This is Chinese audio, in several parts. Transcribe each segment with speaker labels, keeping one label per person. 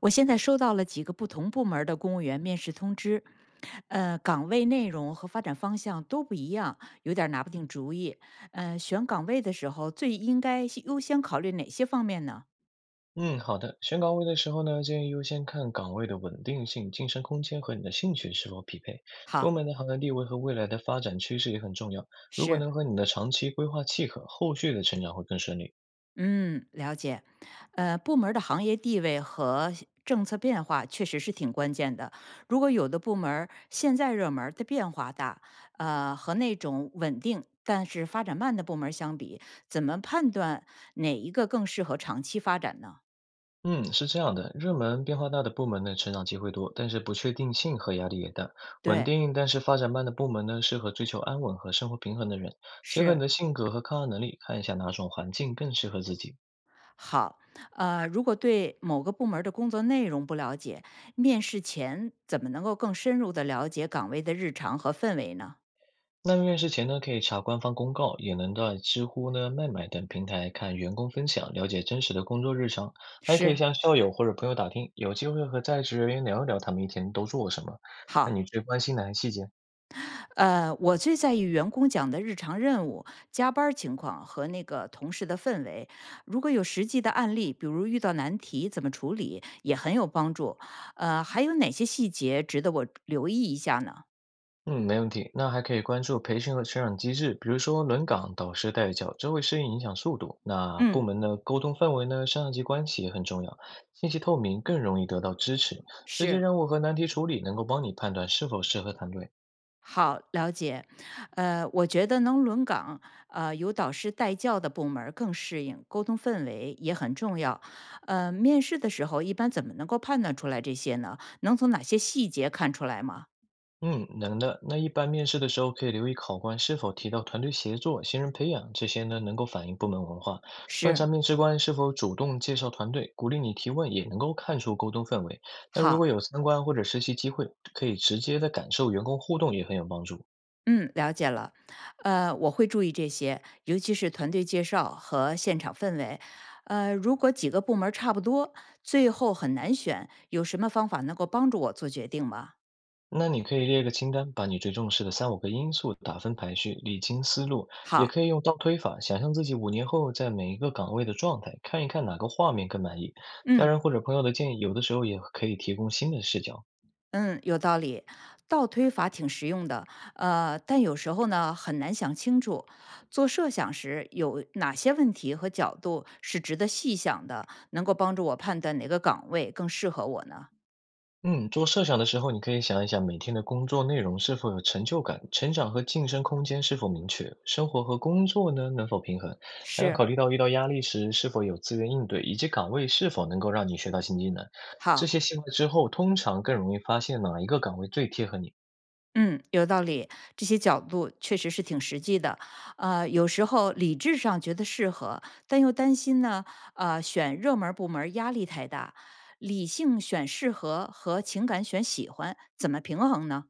Speaker 1: 我现在收到了几个不同部门儿的公务员面试通知，岗位内容和发展方向都不一样，有点儿拿不定主意。选岗位的时候最应该是优先考虑哪些方面呢？
Speaker 2: 嗯，好的。选岗位的时候呢，建议优先看岗位的稳定性、晋升空间和你的兴趣是否匹配。部
Speaker 1: 好。
Speaker 2: 门的行业地位和未来的发展趋势也很重要。如果
Speaker 1: 是。
Speaker 2: 能和你的长期规划契合，后续的成长会更顺利。
Speaker 1: 嗯，了解。部门儿的行业地位和政策变化确实是挺关键的。如果有的部门儿现在热门儿的变化大，和那种稳定但是发展慢的部门儿相比，怎么判断哪一个更适合长期发展呢？
Speaker 2: 嗯，是这样的，热门变化大的部门呢，成长机会多，但是不确定性和压力也大。稳
Speaker 1: 对。
Speaker 2: 定但是发展慢的部门呢，适合追求安稳和生活平衡的人。结合你
Speaker 1: 是。
Speaker 2: 的性格和抗压能力，看一下哪种环境更适合自己。
Speaker 1: 好。如果对某个部门儿的工作内容不了解，面试前怎么能够更深入的了解岗位的日常和氛围呢？
Speaker 2: 那面试前呢，可以查官方公告，也能在知乎呢、麦麦等平台看员工分享，了解真实的工作日常。还可以
Speaker 1: 是。
Speaker 2: 向校友或者朋友打听，有机会和在职人员聊一聊他们一天都做什么。那你
Speaker 1: 好。
Speaker 2: 最关心哪些细节？
Speaker 1: 我最在意员工讲的日常任务、加班儿情况和那个同事的氛围。如果有实际的案例，比如遇到难题怎么处理，也很有帮助。还有哪些细节值得我留意一下呢？
Speaker 2: 嗯，没问题。那还可以关注培训和成长机制，比如说轮岗、导师带教，这会适应影响速度。那部
Speaker 1: 嗯。
Speaker 2: 门的沟通氛围呢，上下级关系也很重要，信息透明更容易得到支持。实际
Speaker 1: 是。
Speaker 2: 任务和难题处理能够帮你判断是否适合团队。
Speaker 1: 好，了解。我觉得能轮岗，有导师带教的部门儿更适应，沟通氛围也很重要。面试的时候一般怎么能够判断出来这些呢？能从哪些细节看出来吗？
Speaker 2: 嗯，能的。那一般面试的时候，可以留意考官是否提到团队协作、新人培养这些呢，能够反映部门文化。观
Speaker 1: 是。
Speaker 2: 察面试官是否主动介绍团队，鼓励你提问，也能够看出沟通氛围。那如
Speaker 1: 好。
Speaker 2: 果有参观或者实习机会，可以直接的感受员工互动，也很有帮助。
Speaker 1: 嗯，了解了。我会注意这些，尤其是团队介绍和现场氛围。如果几个部门儿差不多，最后很难选，有什么方法能够帮助我做决定吗？
Speaker 2: 那你可以列个清单，把你最重视的三五个因素打分排序，理清思路。也可
Speaker 1: 好。
Speaker 2: 以用倒推法，想象自己5年后在每一个岗位的状态，看一看哪个画面更满意。家
Speaker 1: 嗯。
Speaker 2: 人或者朋友的建议，有的时候也可以提供新的视角。
Speaker 1: 嗯，有道理。倒推法挺实用的，但有时候呢很难想清楚，做设想时有哪些问题和角度是值得细想的，能够帮助我判断哪个岗位更适合我呢？
Speaker 2: 嗯，做设想的时候，你可以想一想每天的工作内容是否有成就感，成长和晋升空间是否明确，生活和工作呢能否平衡，还要考
Speaker 1: 是。
Speaker 2: 虑到遇到压力时是否有资源应对，以及岗位是否能够让你学到新技能。这些
Speaker 1: 好。
Speaker 2: 细化之后，通常更容易发现哪一个岗位最贴合你。
Speaker 1: 嗯，有道理，这些角度确实是挺实际的。有时候理智上觉得适合，但又担心呢，选热门儿部门儿压力太大。理性选适合和情感选喜欢，怎么平衡呢？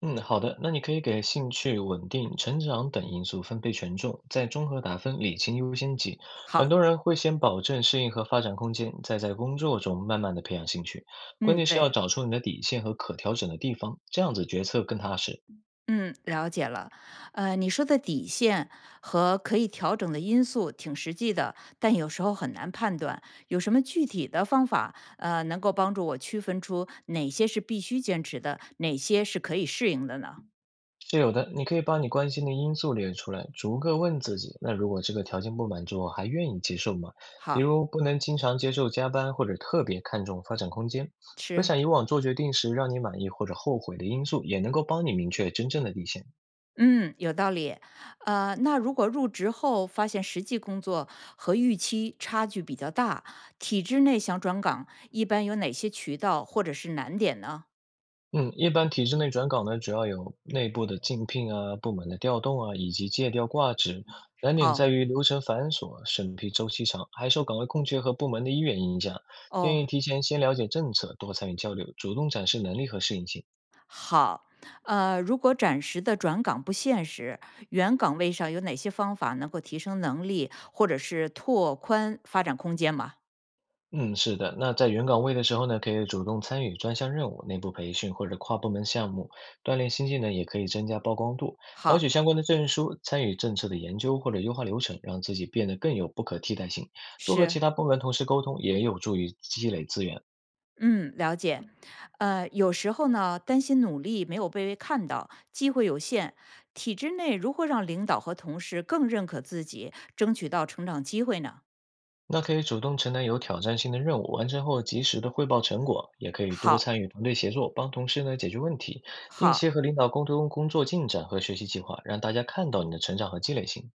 Speaker 2: 嗯，好的，那你可以给兴趣、稳定、成长等因素分配权重，再综合打分，理清优先级。很
Speaker 1: 好。
Speaker 2: 多人会先保证适应和发展空间，再在工作中慢慢的培养兴趣。关
Speaker 1: 嗯，
Speaker 2: 键是
Speaker 1: 对。
Speaker 2: 要找出你的底线和可调整的地方，这样子决策更踏实。
Speaker 1: 嗯，了解了。你说的底线和可以调整的因素挺实际的，但有时候很难判断。有什么具体的方法，能够帮助我区分出哪些是必须坚持的，哪些是可以适应的呢？
Speaker 2: 是有的，你可以把你关心的因素列出来，逐个问自己。那如果这个条件不满足，我还愿意接受吗？比
Speaker 1: 好。
Speaker 2: 如不能经常接受加班，或者特别看重发展空间。回
Speaker 1: 是。
Speaker 2: 想以往做决定时让你满意或者后悔的因素，也能够帮你明确真正的底线。
Speaker 1: 嗯，有道理。那如果入职后发现实际工作和预期差距比较大，体制内想转岗，一般有哪些渠道或者是难点呢？
Speaker 2: 嗯，一般体制内转岗呢，主要有内部的竞聘啊、部门的调动啊，以及借调挂职。难点
Speaker 1: 哦。
Speaker 2: 在于流程繁琐、审批周期长，还受岗位空缺和部门的意愿影响。
Speaker 1: 哦。
Speaker 2: 建议提前先了解政策，多参与交流，主动展示能力和适应性。
Speaker 1: 好。如果暂时的转岗不现实，原岗位上有哪些方法能够提升能力，或者是拓宽发展空间吗？
Speaker 2: 嗯，是的。那在原岗位的时候呢，可以主动参与专项任务、内部培训或者跨部门项目，锻炼新技能，也可以增加曝光度。考
Speaker 1: 好。
Speaker 2: 取相关的证书，参与政策的研究或者优化流程，让自己变得更有不可替代性。多和
Speaker 1: 是。
Speaker 2: 其他部门同事沟通，也有助于积累资源。
Speaker 1: 嗯，了解。有时候呢，担心努力没有被看到，机会有限，体制内如何让领导和同事更认可自己，争取到成长机会呢？
Speaker 2: 那可以主动承担有挑战性的任务，完成后及时的汇报成果，也可以多
Speaker 1: 好。
Speaker 2: 参与团队协作，帮同事呢解决问题，定期
Speaker 1: 好。
Speaker 2: 和领导沟通工作进展和学习计划，让大家看到你的成长和积累性。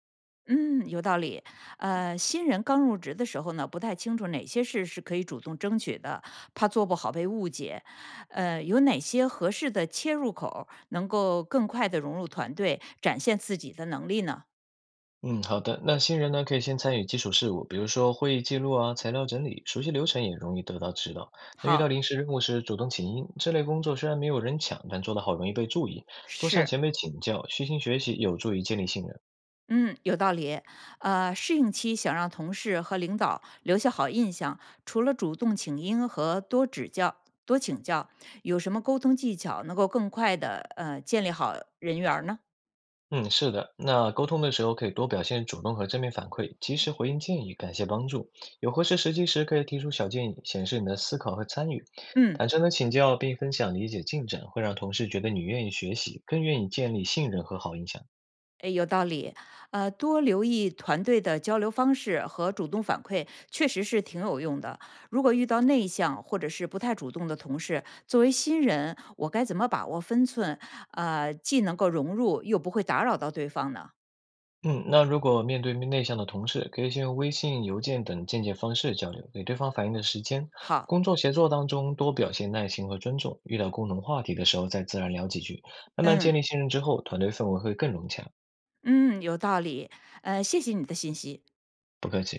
Speaker 1: 嗯，有道理。新人刚入职的时候呢，不太清楚哪些事是可以主动争取的，怕做不好被误解。有哪些合适的切入口儿能够更快的融入团队，展现自己的能力呢？
Speaker 2: 嗯，好的。那新人呢，可以先参与基础事务，比如说会议记录啊、材料整理，熟悉流程也容易得到指导。那遇到
Speaker 1: 好。
Speaker 2: 临时任务时，主动请缨，这类工作虽然没有人抢，但做得好容易被注意。多向
Speaker 1: 是。
Speaker 2: 前辈请教，虚心学习，有助于建立信任。
Speaker 1: 嗯，有道理。适应期想让同事和领导留下好印象，除了主动请缨和多指教、多请教，有什么沟通技巧能够更快的建立好人缘儿呢？
Speaker 2: 嗯，是的。那沟通的时候可以多表现主动和正面反馈，及时回应建议，感谢帮助。有合适时机时，可以提出小建议，显示你的思考和参与。
Speaker 1: 嗯。
Speaker 2: 坦诚的请教并分享理解进展，会让同事觉得你愿意学习，更愿意建立信任和好印象。
Speaker 1: 诶，有道理。多留意团队的交流方式和主动反馈，确实是挺有用的。如果遇到内向或者是不太主动的同事，作为新人，我该怎么把握分寸？既能够融入，又不会打扰到对方呢？
Speaker 2: 嗯，那如果面对面内向的同事，可以先用微信、邮件等间接方式交流，给对方反应的时间。
Speaker 1: 好。
Speaker 2: 工作协作当中多表现耐心和尊重，遇到共同话题的时候再自然聊几句，慢慢
Speaker 1: 嗯。
Speaker 2: 建立信任之后，团队氛围会更融洽。
Speaker 1: 嗯，有道理。谢谢你的信息。
Speaker 2: 不客气。